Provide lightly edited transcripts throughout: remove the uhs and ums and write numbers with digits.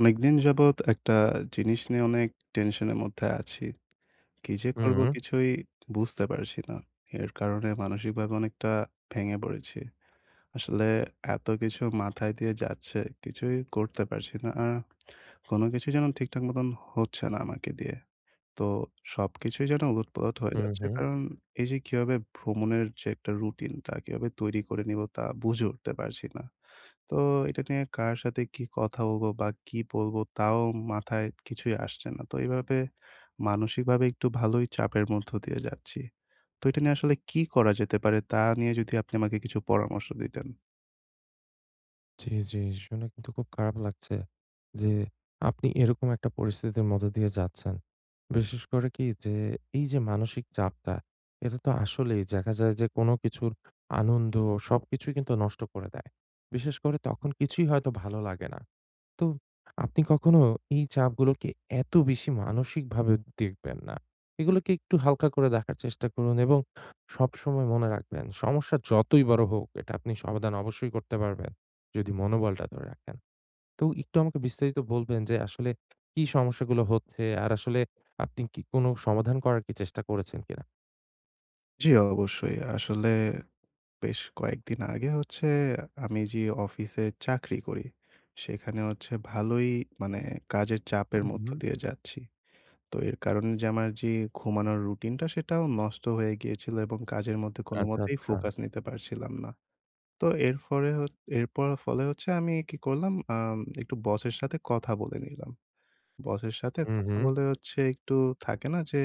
অনেকদিন যাবৎ একটা জিনিস নিয়ে অনেক টেনশনের মধ্যে আছি। কি যে করব হুম, কিছুই বুঝতে পারছি না। এর কারণে মানসিকভাবে অনেকটা ভেঙে পড়েছি। আসলে এত কিছু মাথায় দিয়ে যাচ্ছে, কিছুই করতে পারছি না। আর কোন কিছুই যেন ঠিকঠাক মতন হচ্ছে না আমাকে দিয়ে। তো সবকিছুই যেন উলটপালট হয়ে হুম, যাচ্ছে। হুম। কারণ এই যে কিভাবে ভ্রমণের যে একটা রুটিন তা কিভাবে তৈরি করে নিব তা বুঝে উঠতে পারছি না। তো এটা নিয়ে কার সাথে কি কথা বলবো বা কি বলবো তাও মাথায় কিছুই আসছে না। তো এভাবে মানসিকভাবে একটু ভালোই চাপের মধ্য দিয়ে যাচ্ছি। তো এটা নিয়ে আসলে কি করা যেতে পারে তা নিয়ে যদি আপনি আমাকে কিছু পরামর্শ দিতেন। জি, জি। শুনে কিন্তু খুব খারাপ লাগছে যে আপনি এরকম একটা পরিস্থিতির মধ্য দিয়ে যাচ্ছেন। বিশেষ করে কি যে এই যে মানসিক চাপটা, এটা তো আসলেই দেখা যায় যে কোনো কিছুর আনন্দ সবকিছুই কিন্তু নষ্ট করে দেয়। বিশেষ করে তখন কিছুই হয়তো ভালো লাগে না। তো আপনি কখনো এই চাপগুলোকে এত বেশি মানসিকভাবে দেখবেন না। এগুলোকে একটু হালকা করে দেখার চেষ্টা করুন এবং সবসময় মনে রাখবেন, সমস্যা যতই বড় হোক, এটা আপনি সমাধান অবশ্যই করতে পারবেন, যদি মনোবলটা ধরে রাখেন। তো একটু আমাকে বিস্তারিত বলবেন যে আসলে কি সমস্যাগুলো হচ্ছে? আর আসলে আপনি কি কোনো সমাধান করার কি চেষ্টা করেছেন কিনা? জি, অবশ্যই। আসলে বেশ কয়েকদিন আগে হচ্ছে আমি যে অফিসে চাকরি করি, সেখানে হচ্ছে ভালোই মানে কাজের চাপের হুম, মধ্য হুম। দিয়ে যাচ্ছি। তো এর কারণে যে আমার যে ঘুমানোর রুটিনটা সেটাও নষ্ট হয়ে গিয়েছিল এবং কাজের মধ্যে আচ্ছা, কোনোমতেই আচ্ছা। ফোকাস নিতে পারছিলাম না। তো এর ফরে হ এরপর ফলে হচ্ছে আমি কি করলাম একটু বসের সাথে কথা বলে নিলাম। বসের সাথে হুম, কথা হুম। বলে হচ্ছে একটু থাকে না যে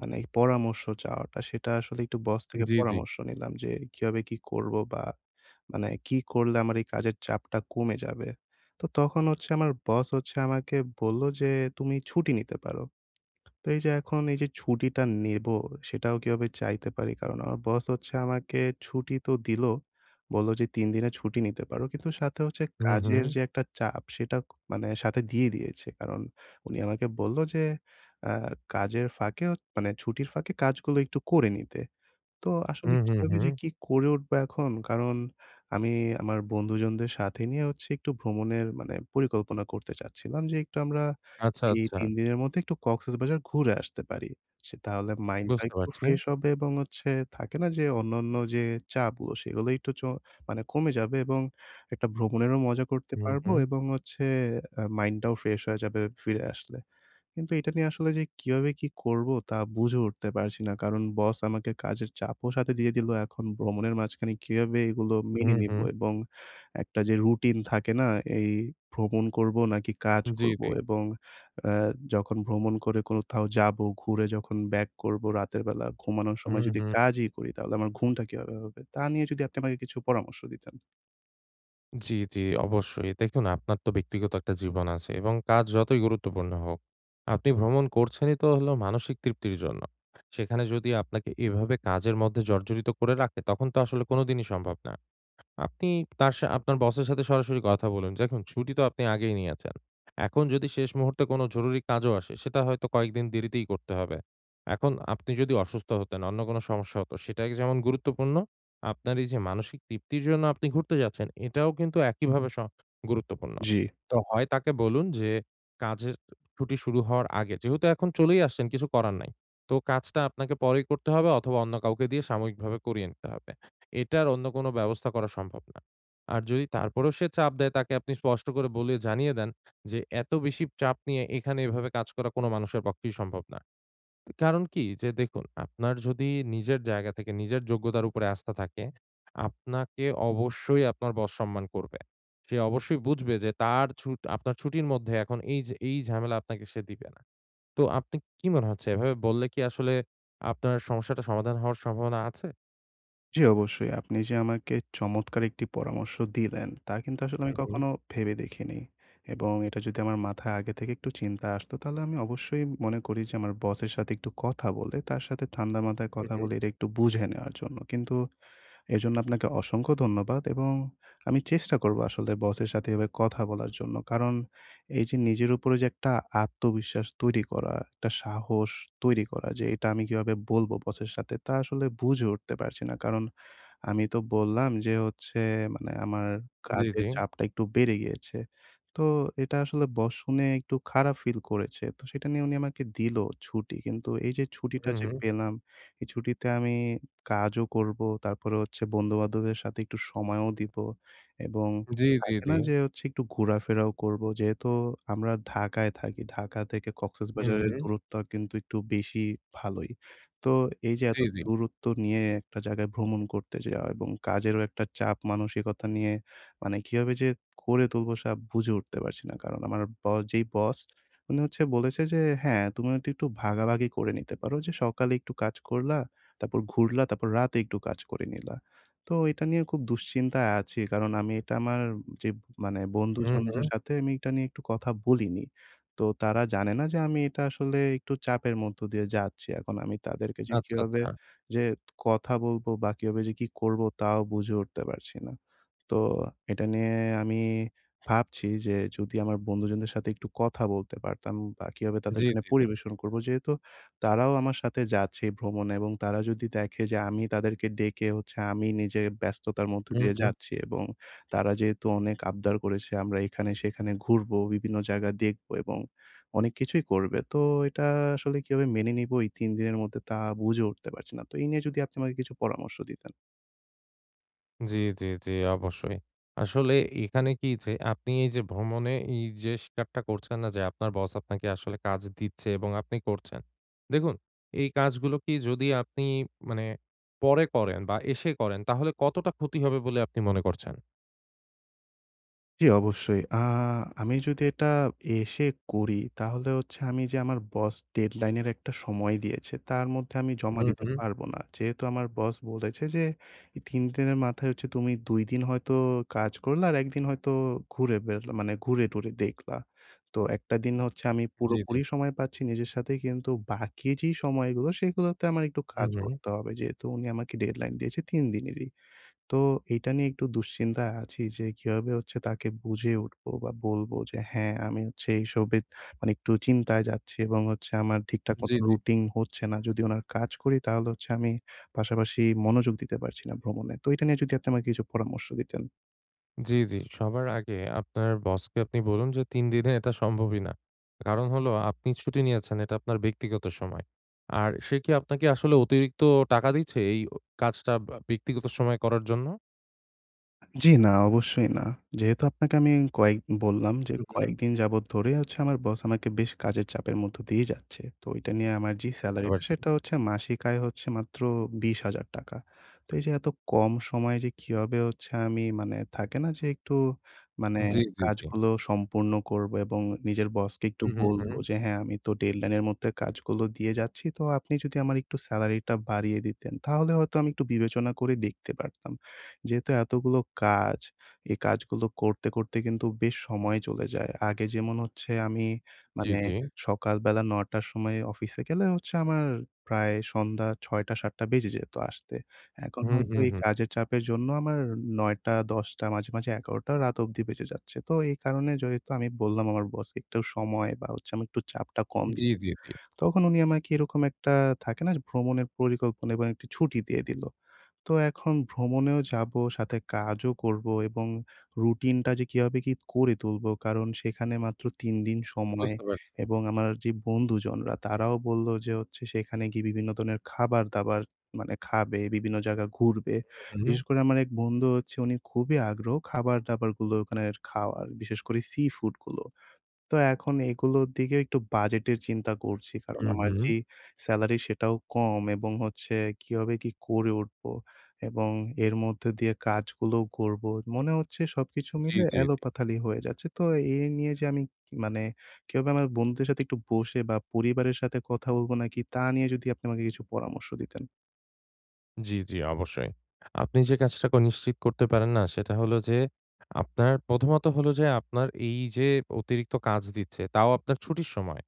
মানে এই পরামর্শ চাওয়াটা সেটা আসলে একটু বস থেকে জি, জি। পরামর্শ নিলাম যে কিভাবে কি করবো বা মানে কি করলে আমার এই কাজের চাপটা কমে যাবে। তো তখন হচ্ছে আমার বস হচ্ছে আমাকে বলল যে, "তুমি ছুটি নিতে পারো।" তো এই যে এখন এই যে ছুটিটা নেব সেটাও কিভাবে চাইতে পারি? কারণ আমার বস হচ্ছে আমাকে ছুটি তো দিল। বলল যে ৩ দিনের ছুটি নিতে পারো। কিন্তু সাথে হচ্ছে হুম, হুম। কাজের যে একটা চাপ সেটা মানে সাথে দিয়ে দিয়েছে। কারণ উনি আমাকে বলল যে, আ কাজের ফাঁকে মানে ছুটির ফাঁকে কাজগুলো একটু করে নিতে। তো আসলে হুম, হুম, কিভাবে হুম। যে কি করে উঠবো এখন? কারণ আমি আমার বন্ধুজনদের সাথে নিয়ে হচ্ছে একটু ভ্রমণের মানে পরিকল্পনা করতে চাচ্ছিলাম যে একটু আমরা আচ্ছা, এই আচ্ছা। ৩ দিনের মধ্যে একটু কক্সবাজার ঘুরে আসতে পারি। সে তাহলে মাইন্ডটা বুঝতে একটু পারছি। ফ্রেশ হবে এবং হচ্ছে থাকে না যে অন্যান্য যে চাপগুলো সেগুলো একটু মানে কমে যাবে এবং একটা ভ্রমণেরও মজা করতে হুম, পারবো হুম। এবং হচ্ছে মাইন্ডটাও ফ্রেশ হয়ে যাবে ফিরে আসলে। কিন্তু এটা নিয়ে আসলে যে কিভাবে কি করব তা বুঝে উঠতে পারছি না। কারণ বস আমাকে কাজের চাপও সাথে দিয়ে দিল। এখন ভ্রমণের মাঝখানে কিভাবে এগুলো হুম, মেনে নিব? হুম। এবং একটা যে রুটিন থাকে না? এই ভ্রমণ করব নাকি কাজ জি, করব? জি। এবং আ যখন ভ্রমণ করে কোথাও যাব, ঘুরে যখন ব্যাক করব রাতের বেলা ঘুমানোর হুম, সময় যদি হুম। কাজই করি তাহলে আমার ঘুমটা কিভাবে হবে? তা নিয়ে যদি আপনি আমাকে কিছু পরামর্শ দিতেন। জি, জি, অবশ্যই। দেখুন আপনার তো ব্যক্তিগত একটা জীবন আছে এবং কাজ যতই গুরুত্বপূর্ণ হোক, আপনি ভ্রমণ করছেনই তো হলো মানসিক তৃপ্তির জন্য। সেখানে যদি আপনাকে এভাবে কাজের মধ্যে জর্জরিত করে রাখে, তখন তো আসলে কোনোদিনই সম্ভব না। আপনি তার সা আপনার বসের সাথে সরাসরি কথা বলুন। দেখুন ছুটি তো আপনি আগেই নিয়েছেন। এখন যদি শেষ মুহূর্তে কোনো জরুরি কাজও আসে, সেটা হয়তো কয়েকদিন দেরিতেই করতে হবে। এখন আপনি যদি অসুস্থ হতেন, অন্য কোনো সমস্যা হতো, সেটাকে যেমন গুরুত্বপূর্ণ, আপনার এই যে মানসিক তৃপ্তির জন্য আপনি ঘুরতে যাচ্ছেন, এটাও কিন্তু একইভাবে গুরুত্বপূর্ণ। জি। তো হয় তাকে বলুন যে, কাজের ছুটি শুরু হওয়ার আগে যেহেতু এখন চলেই আসছেন, কিছু করার নাই। তো কাজটা আপনাকে পরেই করতে হবে অথবা অন্য কাউকে দিয়ে সাময়িকভাবে করিয়ে নিতে হবে। এটার অন্য কোনো ব্যবস্থা করা সম্ভব না। আর যদি তারপরেও সে চাপ দেয় তাকে আপনি স্পষ্ট করে বলে জানিয়ে দেন যে, "এত বেশি চাপ নিয়ে এখানে এভাবে কাজ করা কোনো মানুষের পক্ষেই সম্ভব না।" কারণ কি? যে দেখুন, আপনার যদি নিজের জায়গা থেকে নিজের যোগ্যতার উপরে আস্থা থাকে, আপনাকে অবশ্যই আপনার বস সম্মান করবে। সে অবশ্যই বুঝবে যে তার ছুট আপনার ছুটির মধ্যে এখন এই যে এই ঝামেলা আপনাকে সে দিবে না। তো আপনি কি মনে হচ্ছে এভাবে বললে কি আসলে আপনার সমস্যাটা সমাধান হওয়ার সম্ভাবনা আছে? জি, অবশ্যই। আপনি যে আমাকে চমৎকার একটি পরামর্শ দিলেন, তা কিন্তু আসলে হু, আমি হু, কখনো ভেবে দেখিনি। এবং এটা যদি আমার মাথায় আগে থেকে একটু চিন্তা আসতো, তাহলে আমি অবশ্যই মনে করি যে আমার বসের সাথে একটু কথা বলে, তার সাথে ঠান্ডা মাথায় হু, কথা হু। বলে এটা একটু বুঝে নেওয়ার জন্য। কিন্তু এজন্য আপনাকে অসংখ্য ধন্যবাদ এবং আমি চেষ্টা করব আসলে বসের সাথে এভাবে কথা বলার জন্য। কারণ এই যে নিজের উপরে যে একটা আত্মবিশ্বাস তৈরি করা, একটা সাহস তৈরি করা যে এটা আমি কিভাবে বলবো বসের সাথে তা আসলে বুঝে উঠতে পারছি না। কারণ আমি তো বললাম যে হচ্ছে মানে আমার জি, জি। কাজের চাপটা একটু বেড়ে গিয়েছে। তো এটা আসলে বস শুনে একটু খারাপ ফিল করেছে। তো সেটা নিয়ে উনি আমাকে দিল ছুটি। কিন্তু এই যে ছুটিটা হুম, যে হুম। পেলাম, এই ছুটিতে আমি কাজও করব, তারপরে হচ্ছে বন্ধু-বান্ধবদের সাথে একটু সময়ও দিব এবং জি, জি, থাকে জি। না যে হচ্ছে একটু ঘোরাফেরাও করবো। যেহেতু আমরা ঢাকায় থাকি। ঢাকা থেকে হুম, কক্সবাজারের হুম। দূরত্বটা কিন্তু একটু বেশি ভালোই। তো এই যে জি, এত জি। দূরত্ব নিয়ে একটা জায়গায় ভ্রমণ করতে যাওয়া এবং কাজেরও একটা চাপ মানসিকতা নিয়ে মানে কিভাবে যে করে তুলবো সাব বুঝে উঠতে পারছি না। কারণ আমার যেই বস উনি হচ্ছে বলেছে যে, "হ্যাঁ, তুমি হয়তো একটু ভাগাভাগি করে নিতে পারো যে সকালে একটু কাজ করলা, তারপর ঘুরলা, তারপর রাতে একটু কাজ করে নিলা।" তো এটা নিয়ে খুব দুশ্চিন্তায় আছি। কারণ আমি এটা আমার যে মানে হুম, হুম। বন্ধুজনদের সাথে আমি এটা নিয়ে একটু কথা বলিনি। তো তারা জানে না যে আমি এটা আসলে একটু চাপের মধ্য দিয়ে যাচ্ছি। এখন আমি তাদেরকে যে আচ্ছা, কিভাবে আচ্ছা। যে কথা বলবো বা কিভাবে যে কি করবো তাও বুঝে উঠতে পারছি না। তো এটা নিয়ে আমি ভাবছি যে যদি আমার বন্ধুজনদের সাথে একটু কথা বলতে পারতাম বা কিভাবে তাদের জি, সামনে জি, জি। পরিবেশন করবো। যেহেতু তারাও আমার সাথে যাচ্ছে এই ভ্রমণে এবং তারা যদি দেখে যে আমি তাদেরকে ডেকে হচ্ছে আমি নিজে ব্যস্ততার মধ্য হুম, দিয়ে হুম। যাচ্ছি এবং তারা যেহেতু অনেক আবদার করেছে আমরা এখানে সেখানে ঘুরবো, বিভিন্ন জায়গা দেখবো এবং অনেক কিছুই করবে। তো এটা আসলে কিভাবে মেনে নিবো এই ৩ দিনের মধ্যে তা বুঝে উঠতে পারছি না। তো এই নিয়ে যদি আপনি আমাকে কিছু পরামর্শ দিতেন। জি, জি, জি, অবশ্যই। আসলে এখানে কি যে আপনি এই যে ভ্রমণে এই যে স্বীকারটা করছেন না যে আপনার বস আপনাকে আসলে কাজ দিচ্ছে এবং আপনি করছেন। দেখুন এই কাজগুলো কি যদি আপনি মানে পরে করেন বা এসে করেন তাহলে কতটা ক্ষতি হবে বলে আপনি মনে করছেন? জি, অবশ্যই। আমি যদি এটা এসে করি তাহলে হচ্ছে আমি যে আমার বস ডেডলাইন এর একটা সময় দিয়েছে, তার মধ্যে আমি জমা হুম, দিতে হুম। পারবো না। যেহেতু আমার বস বলেছে যে, "এই ৩ দিনের মাথায় হচ্ছে তুমি ২ দিন হয়তো কাজ করলা আর ১ দিন হয়তো ঘুরে বেড়ালা মানে ঘুরে-টুরে দেখলা।" তো একটা দিন হচ্ছে আমি জি, জি। পুরোপুরি সময় পাচ্ছি নিজের সাথে কিন্তু বাকি যে সময়গুলো সেগুলোতে আমার একটু হুম, কাজ হুম। করতে হবে। যেহেতু উনি আমাকে ডেডলাইন দিয়েছে ৩ দিনেরই। তো এইটা নিয়ে একটু দুশ্চিন্তায় আছি যে কিভাবে হচ্ছে তাকে বুঝিয়ে উঠবো বা বলবো যে হ্যাঁ আমি হচ্ছে এইসবে মানে একটু চিন্তায় যাচ্ছি এবং হচ্ছে আমার ঠিকঠাক জি, মতো জি। রুটিন হচ্ছে না। যদি ওনার কাজ করি তাহলে হচ্ছে আমি পাশাপাশি মনোযোগ দিতে পারছি না ভ্রমণে। তো এটা নিয়ে যদি আপনি আমাকে কিছু পরামর্শ দিতেন। জি, জি। সবার আগে আপনার বসকে আপনি বলুন যে ৩ দিনে এটা সম্ভবই না। কারণ হলো আপনি ছুটি নিয়েছেন এটা আপনার ব্যক্তিগত সময়। আর সে কি আপনাকে আসলে অতিরিক্ত টাকা দিচ্ছে এই কাজটা বা ব্যক্তিগত সময় করার জন্য? জি, না, অবশ্যই না। যেহেতু আপনাকে আমি কয়েক বললাম যে, হু, হুম। কয়েকদিন যাবৎ ধরে হচ্ছে আমার বস আমাকে বেশ কাজের চাপের মধ্য দিয়েই যাচ্ছে। তো এটা নিয়ে আমার যে বুঝতে সেলারিটা পারছি। সেটা হচ্ছে মাসিক আয় হচ্ছে মাত্র ৳২০,০০০। তো এই যে এত কম সময়ে যে কিভাবে হচ্ছে আমি মানে থাকে না যে একটু মানে জি, জি, জি। কাজগুলো সম্পূর্ণ করবো এবং নিজের বসকে একটু হু, হু, হু। বলবো যে, "হ্যাঁ, আমি তো ডেডলাইন এর মধ্যে কাজগুলো দিয়ে যাচ্ছি। তো আপনি যদি আমার একটু সেলারিটা বাড়িয়ে দিতেন তাহলে হয়তো আমি একটু বিবেচনা করে দেখতে পারতাম।" যেহেতু এতগুলো কাজ, এই কাজগুলো করতে, করতে কিন্তু বেশ সময় চলে যায়। আগে যেমন হচ্ছে আমি জি, মানে জি। সকালবেলা ৯:০০ র সময় অফিসে গেলে হচ্ছে আমার প্রায় সন্ধ্যা ৬:০০-৭:০০ বেজে যেত আসতে। এখন হু, হয়তো হু, এই হু। কাজের চাপের জন্য আমার ৯:০০-১০:০০ মাঝে, মাঝে ১১:০০ রাত অবধি বেজে যাচ্ছে। তো এই কারণে যেহেতু আমি বললাম আমার বসকে একটু সময় বা হচ্ছে আমি একটু চাপটা কম দিই। জি, জি, জি। তখন উনি আমাকে এরকম একটা থাকে না যে ভ্রমণের পরিকল্পনা এবং একটি ছুটি দিয়ে দিল। তো এখন ভ্রমণেও যাবো, সাথে কাজও করবো এবং রুটিনটা যে কিভাবে কি করে তুলবো? কারণ সেখানে মাত্র ৩ দিন সময় বুঝতে পারছি। এবং আমার যে বন্ধুজনরা তারাও বলল যে হচ্ছে সেখানে গিয়ে বিভিন্ন ধরনের খাবার-দাবার মানে খাবে, বিভিন্ন জায়গা ঘুরবে। হু, বিশেষ করে আমার এক বন্ধু হচ্ছে উনি খুবই আগ্রহ খাবার-দাবারগুলো ওখানের খাওয়ার, বিশেষ করে সি ফুড গুলো। তো এখন এগুলোর দিকে একটু বাজেটের চিন্তা করছি। কারণ হু, হু, আমার যে সেলারি সেটাও কম এবং হচ্ছে কিভাবে কি করে উঠবো এবং এর মধ্যে দিয়ে কাজগুলোও করবো। মনে হচ্ছে সবকিছু জি, মিলে জি, জি। এলোপাথালি হয়ে যাচ্ছে। তো এই নিয়ে যে আমি মানে কিভাবে আমার বন্ধুদের সাথে একটু বসে বা পরিবারের সাথে কথা বলবো নাকি তা নিয়ে যদি আপনি আমাকে কিছু পরামর্শ দিতেন। জি, জি, অবশ্যই। আপনি যে কাজটা ক নিশ্চিত করতে পারেন না সেটা হলো যে, আপনার প্রথমত হলো যে আপনার এই যে অতিরিক্ত কাজ দিচ্ছে তাও আপনার ছুটির সময়।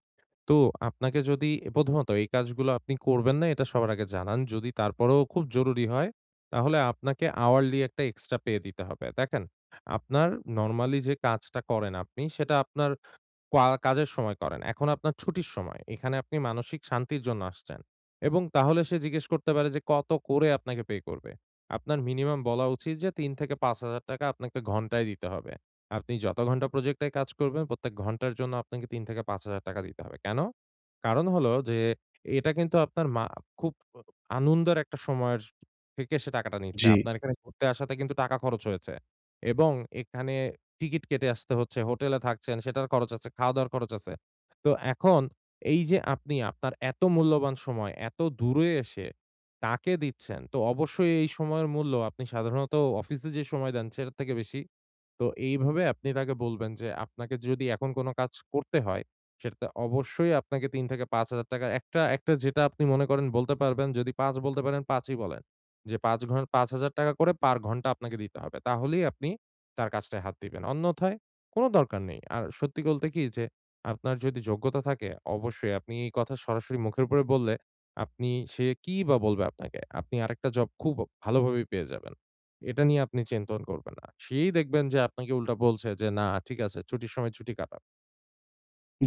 তো আপনাকে যদি প্রথমত এই কাজগুলো আপনি করবেন না এটা সবার আগে জানান। যদি তারপরেও খুব জরুরি হয় তাহলে আপনাকে hourly একটা এক্সট্রা পে দিতে হবে। দেখেন, আপনার নরমালি যে কাজটা করেন আপনি সেটা আপনার কাজের সময় করেন। এখন আপনার ছুটির সময়। এখানে আপনি মানসিক শান্তির জন্য আসছেন এবং তাহলে সে জিজ্ঞেস করতে পারে যে কত করে আপনাকে পে করবে? আপনার মিনিমাম বলা উচিত যে ৩,০০০ থেকে ৳৫,০০০ আপনাকে ঘন্টায় দিতে হবে। আপনি যত ঘন্টা প্রজেক্টে কাজ করবেন প্রত্যেক ঘন্টার জন্য আপনাকে ৩,০০০ থেকে ৳৫,০০০ দিতে হবে। কেন? কারণ হলো যে এটা কিন্তু আপনার মা খুব আনন্দের একটা সময়ের থেকে সে টাকাটা নিচ্ছে। জি। আপনার এখানে ঘুরতে আসাতে কিন্তু টাকা খরচ হয়েছে এবং এখানে টিকিট কেটে আসতে হচ্ছে, হোটেলে থাকছেন, সেটার খরচ আছে, খাওয়া-দাওয়ার খরচ আছে। তো এখন এই যে আপনি আপনার এত মূল্যবান সময় এত দূরে এসে তাকে দিচ্ছেন, তো অবশ্যই এই সময়ের মূল্য আপনি সাধারণত অফিসে যে সময় দেন সেটার থেকে বেশি। তো এইভাবে আপনি তাকে বলবেন যে আপনাকে যদি এখন কোন কাজ করতে হয়, সেটাতে অবশ্যই আপনাকে ৩,০০০ থেকে ৳৫,০০০ একটা একটা যেটা আপনি মনে করেন বলতে পারবেন যদি ৫ বলতে পারেন ৫ই বলেন। যে ৫ ঘন ৳৫,০০০ করে পার ঘন্টা আপনাকে দিতে হবে। তাহলেই আপনি তার কাজটায় হাত দিবেন। অন্যথায় কোনো দরকার নেই। আর সত্যি বলতে কি যে আপনার যদি যোগ্যতা থাকে অবশ্যই আপনি এই কথা সরাসরি মুখের উপরে বললে আপনি সে কিই বা বলবে আপনাকে? আপনি আরেকটা জব খুব ভালোভাবেই পেয়ে যাবেন। এটা নিয়ে আপনি চিন্তন করবেন না। সেই দেখবেন যে আপনাকে উল্টা বলছে যে, "না ঠিক আছে ছুটির সময় ছুটি কাটাও।"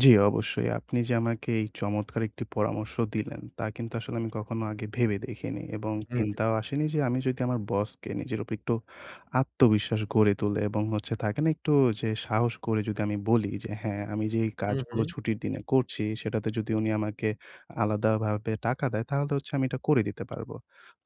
জি, অবশ্যই। আপনি যে আমাকে এই চমৎকার একটি পরামর্শ দিলেন, তা কিন্তু আসলে আমি কখনো আগে ভেবে দেখিনি এবং হুম, চিন্তাও আসেনি যে আমি যদি আমার বসকে নিজের উপর একটু আত্মবিশ্বাস গড়ে তুলে এবং হচ্ছে থাকে না একটু যে সাহস করে যদি আমি বলি যে হ্যাঁ, আমি যে এই হুম, কাজগুলো হুম। ছুটির দিনে করছি সেটাতে যদি উনি আমাকে আলাদাভাবে টাকা দেয় তাহলে হচ্ছে আমি এটা করে দিতে পারবো।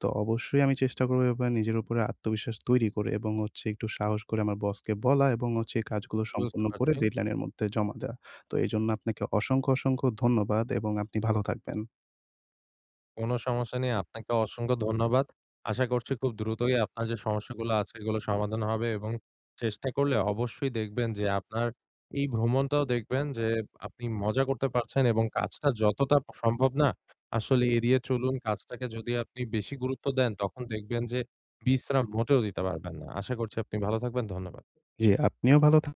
তো অবশ্যই আমি চেষ্টা করব এভাবে নিজের উপরে আত্মবিশ্বাস তৈরি করে এবং হচ্ছে একটু সাহস করে আমার বসকে বলা এবং হচ্ছে এই কাজগুলো বুঝতে সম্পন্ন করে পারছি। ডেডলাইনের মধ্যে জমা দেয়া। তো এজন্য আপনাকে অসংখ্য, অসংখ্য ধন্যবাদ এবং আপনি ভালো থাকবেন। কোনো সমস্যা নেই। আপনাকে অসংখ্য ধন্যবাদ। আশা করছি খুব দ্রুতই আপনার যে সমস্যাগুলো আছে এগুলো সমাধান হবে এবং চেষ্টা করলে অবশ্যই দেখবেন যে আপনার এই ভ্রমণটাও দেখবেন যে আপনি মজা করতে পারছেন এবং কাজটা যতটা সম্ভব না আসলে এড়িয়ে চলুন। কাজটাকে যদি আপনি বেশি গুরুত্ব দেন তখন দেখবেন যে বিশ্রাম মোটেও দিতে পারবেন না। আশা করছি আপনি ভালো থাকবেন। ধন্যবাদ। জি, আপনিও ভালো থা